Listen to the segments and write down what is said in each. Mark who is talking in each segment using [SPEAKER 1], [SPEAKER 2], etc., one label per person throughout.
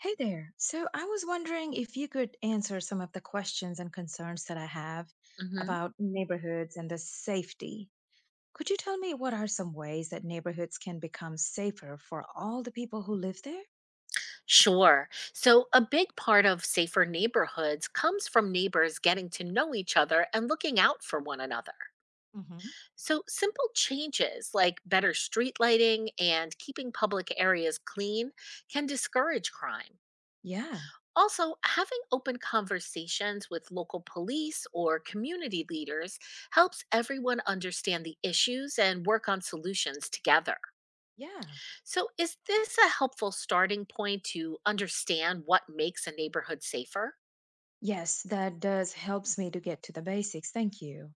[SPEAKER 1] Hey there. So I was wondering if you could answer some of the questions and concerns that I have
[SPEAKER 2] Hmm.
[SPEAKER 1] about neighborhoods and the safety. Could you tell me what are some ways that neighborhoods can become safer for all the people who live there?
[SPEAKER 2] Sure. So, a big part of safer neighborhoods comes from neighbors getting to know each other and looking out for one another.
[SPEAKER 1] Hmm.
[SPEAKER 2] So, simple changes like better street lighting and keeping public areas clean can discourage crime.
[SPEAKER 1] Yeah.
[SPEAKER 2] Also, having open conversations with local police or community leaders helps everyone understand the issues and work on solutions together.
[SPEAKER 1] Yeah.
[SPEAKER 2] So, is this a helpful starting point to understand what makes a neighborhood safer?
[SPEAKER 1] Yes, that does helps me to get to the basics. Thank you.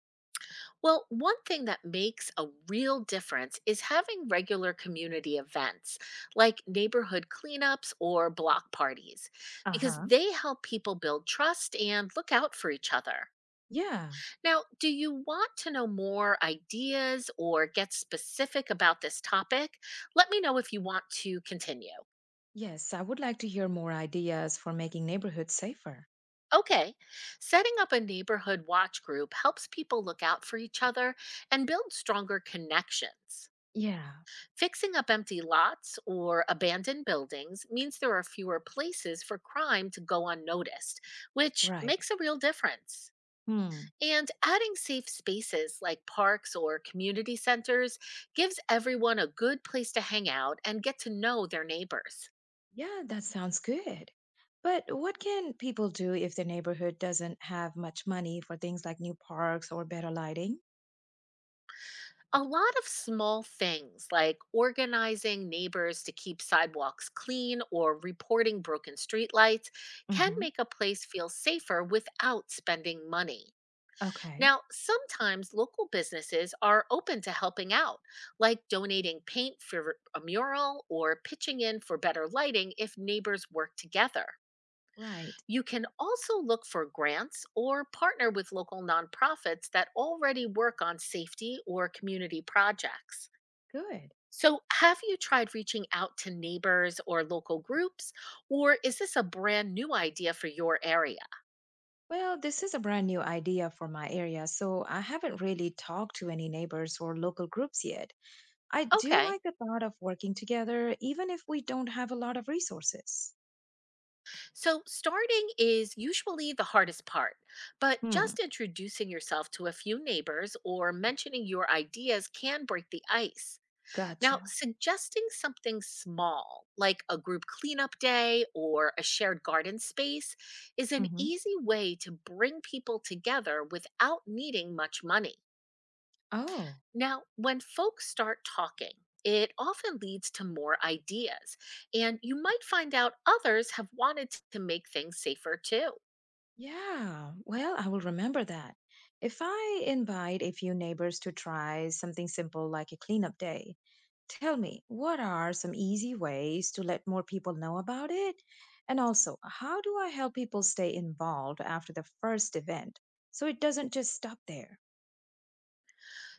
[SPEAKER 2] Well, one thing that makes a real difference is having regular community events like neighborhood cleanups or block parties, because
[SPEAKER 1] Uh-huh.
[SPEAKER 2] they help people build trust and look out for each other.
[SPEAKER 1] Yeah.
[SPEAKER 2] Now, do you want to know more ideas or get specific about this topic? Let me know if you want to continue.
[SPEAKER 1] Yes, I would like to hear more ideas for making neighborhoods safer.
[SPEAKER 2] Okay, setting up a neighborhood watch group helps people look out for each other and build stronger connections.
[SPEAKER 1] Yeah,
[SPEAKER 2] Fixing up empty lots or abandoned buildings means there are fewer places for crime to go unnoticed, which
[SPEAKER 1] right.
[SPEAKER 2] makes a real difference.
[SPEAKER 1] Hmm.
[SPEAKER 2] And adding safe spaces like parks or community centers gives everyone a good place to hang out and get to know their neighbors.
[SPEAKER 1] Yeah, that sounds good. But what can people do if their neighborhood doesn't have much money for things like new parks or better lighting?
[SPEAKER 2] A lot of small things like organizing neighbors to keep sidewalks clean or reporting broken streetlights can
[SPEAKER 1] Hmm.
[SPEAKER 2] make a place feel safer without spending money.
[SPEAKER 1] Okay,
[SPEAKER 2] Now, sometimes local businesses are open to helping out, like donating paint for a mural or pitching in for better lighting if neighbors work together.
[SPEAKER 1] right.
[SPEAKER 2] You can also look for grants or partner with local nonprofits that already work on safety or community projects.
[SPEAKER 1] Good.
[SPEAKER 2] So, have you tried reaching out to neighbors or local groups, or is this a brand new idea for your area?
[SPEAKER 1] Well, this is a brand new idea for my area, so I haven't really talked to any neighbors or local groups yet. I do
[SPEAKER 2] Okay,
[SPEAKER 1] like the thought of working together, even if we don't have a lot of resources.
[SPEAKER 2] so starting is usually the hardest part, but
[SPEAKER 1] Hmm.
[SPEAKER 2] just introducing yourself to a few neighbors or mentioning your ideas can break the ice. Now,
[SPEAKER 1] Gotcha.
[SPEAKER 2] suggesting something small, like a group cleanup day or a shared garden space, is an
[SPEAKER 1] Hmm.
[SPEAKER 2] easy way to bring people together without needing much money.
[SPEAKER 1] Oh.
[SPEAKER 2] Now, when folks start talking, it often leads to more ideas, and you might find out others have wanted to make things safer too.
[SPEAKER 1] Yeah, well, I will remember that. If I invite a few neighbors to try something simple like a cleanup day, tell me, what are some easy ways to let more people know about it? And also, how do I help people stay involved after the first event so it doesn't just stop there?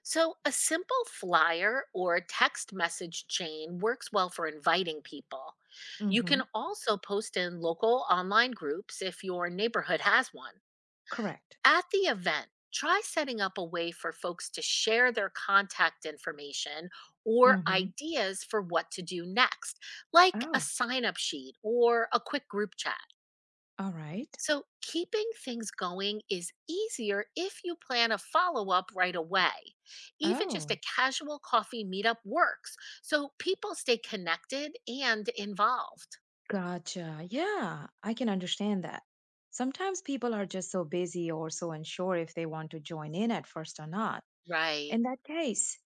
[SPEAKER 2] So, a simple flyer or text message chain works well for inviting people. You
[SPEAKER 1] Mm-hmm.
[SPEAKER 2] can also post in local online groups if your neighborhood has one.
[SPEAKER 1] Correct.
[SPEAKER 2] At the event, try setting up a way for folks to share their contact information or
[SPEAKER 1] Mm-hmm.
[SPEAKER 2] ideas for what to do next, like a
[SPEAKER 1] Oh,
[SPEAKER 2] sign up sheet or a quick group chat.
[SPEAKER 1] all right.
[SPEAKER 2] So, keeping things going is easier if you plan a follow up right away. Even just
[SPEAKER 1] Oh.
[SPEAKER 2] a casual coffee meetup works so people stay connected and involved.
[SPEAKER 1] Gotcha. Yeah, I can understand that. Sometimes people are just so busy or so unsure if they want to join in at first or not.
[SPEAKER 2] Right.
[SPEAKER 1] In that case,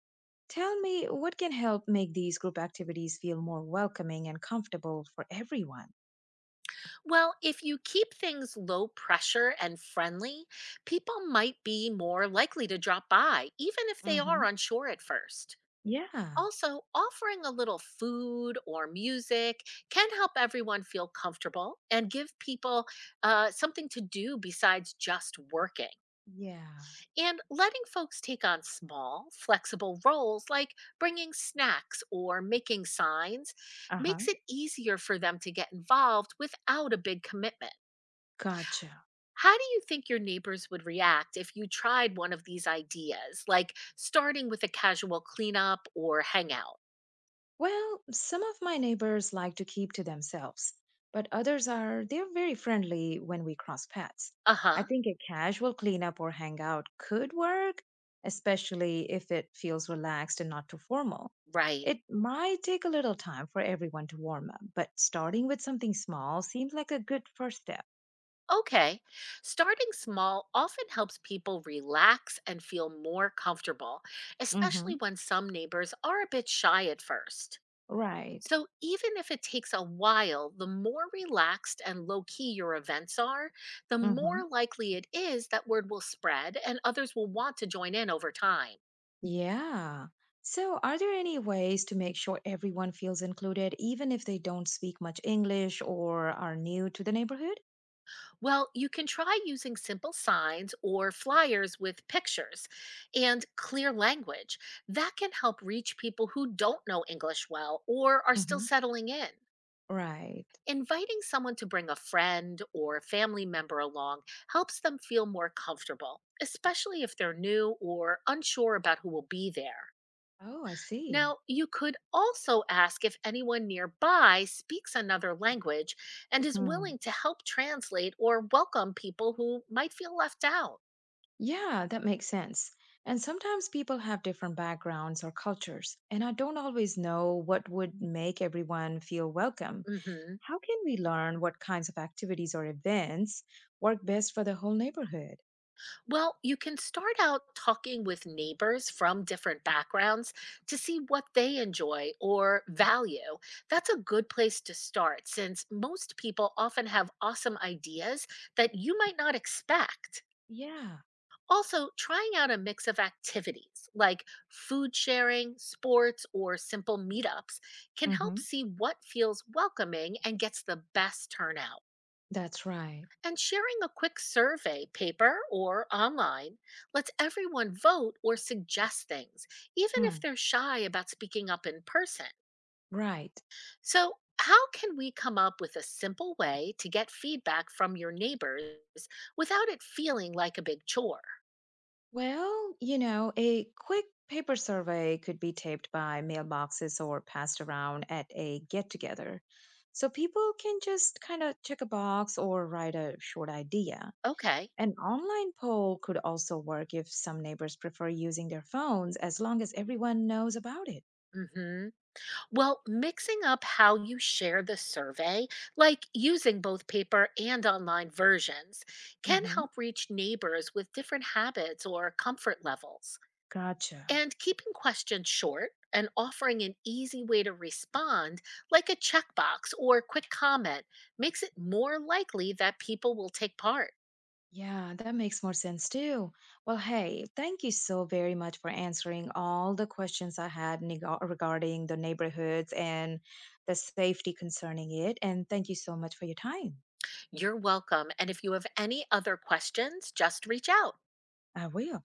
[SPEAKER 1] tell me, what can help make these group activities feel more welcoming and comfortable for everyone?
[SPEAKER 2] Well, if you keep things low pressure and friendly, people might be more likely to drop by, even if they are
[SPEAKER 1] Hmm.
[SPEAKER 2] unsure at first.
[SPEAKER 1] Yeah,
[SPEAKER 2] Also, offering a little food or music can help everyone feel comfortable and give people something to do besides just working.
[SPEAKER 1] yeah.
[SPEAKER 2] And letting folks take on small, flexible roles like bringing snacks or making signs
[SPEAKER 1] Uh huh.
[SPEAKER 2] makes it easier for them to get involved without a big commitment.
[SPEAKER 1] Gotcha.
[SPEAKER 2] How do you think your neighbors would react if you tried one of these ideas, like starting with a casual cleanup or hangout?
[SPEAKER 1] Well, some of my neighbors like to keep to themselves, but they're very friendly when we cross paths.
[SPEAKER 2] Uh
[SPEAKER 1] I
[SPEAKER 2] huh,
[SPEAKER 1] think a casual cleanup or hangout could work, especially if it feels relaxed and not too formal.
[SPEAKER 2] right.
[SPEAKER 1] It might take a little time for everyone to warm up, but starting with something small seems like a good first step.
[SPEAKER 2] Okay. Starting small often helps people relax and feel more comfortable, especially
[SPEAKER 1] Hmm.
[SPEAKER 2] when some neighbors are a bit shy at first.
[SPEAKER 1] Right.
[SPEAKER 2] So, even if it takes a while, the more relaxed and low key your events are, the more
[SPEAKER 1] Hmm.
[SPEAKER 2] likely it is that word will spread and others will want to join in over time.
[SPEAKER 1] Yeah. So, are there any ways to make sure everyone feels included, even if they don't speak much English or are new to the neighborhood?
[SPEAKER 2] Well, you can try using simple signs or flyers with pictures and clear language. That can help reach people who don't know English well or are still
[SPEAKER 1] Hmm.
[SPEAKER 2] settling in.
[SPEAKER 1] Right.
[SPEAKER 2] Inviting someone to bring a friend or a family member along helps them feel more comfortable, especially if they're new or unsure about who will be there.
[SPEAKER 1] Oh, I see.
[SPEAKER 2] Now, you could also ask if anyone nearby speaks another language and is
[SPEAKER 1] Hmm.
[SPEAKER 2] willing to help translate or welcome people who might feel left out.
[SPEAKER 1] Yeah, that makes sense. And sometimes people have different backgrounds or cultures, and I don't always know what would make everyone feel welcome.
[SPEAKER 2] Mhm.
[SPEAKER 1] How can we learn what kinds of activities or events work best for the whole neighborhood?
[SPEAKER 2] Well, you can start out talking with neighbors from different backgrounds to see what they enjoy or value. That's a good place to start since most people often have awesome ideas that you might not expect.
[SPEAKER 1] Yeah,
[SPEAKER 2] Also, trying out a mix of activities like food sharing, sports, or simple meetups can help
[SPEAKER 1] hmm
[SPEAKER 2] see what feels welcoming and gets the best turnout.
[SPEAKER 1] that's right.
[SPEAKER 2] And sharing a quick survey, paper or online, lets everyone vote or suggest things, even if
[SPEAKER 1] Hmm.
[SPEAKER 2] they're shy about speaking up in person.
[SPEAKER 1] Right.
[SPEAKER 2] So, how can we come up with a simple way to get feedback from your neighbors without it feeling like a big chore?
[SPEAKER 1] Well, a quick paper survey could be taped by mailboxes or passed around at a get together. So people can just kind of check a box or write a short idea.
[SPEAKER 2] Okay.
[SPEAKER 1] An online poll could also work if some neighbors prefer using their phones as long as everyone knows about it.
[SPEAKER 2] Mm hmm. Well, mixing up how you share the survey, like using both paper and online versions, can
[SPEAKER 1] Hmm.
[SPEAKER 2] help reach neighbors with different habits or comfort levels.
[SPEAKER 1] Gotcha.
[SPEAKER 2] And keeping questions short and offering an easy way to respond, like a checkbox or quick comment, makes it more likely that people will take part.
[SPEAKER 1] Yeah, that makes more sense too. Well, hey, thank you so very much for answering all the questions I had regarding the neighborhoods and the safety concerning it. And thank you so much for your time.
[SPEAKER 2] You're welcome. And if you have any other questions, just reach out.
[SPEAKER 1] I will.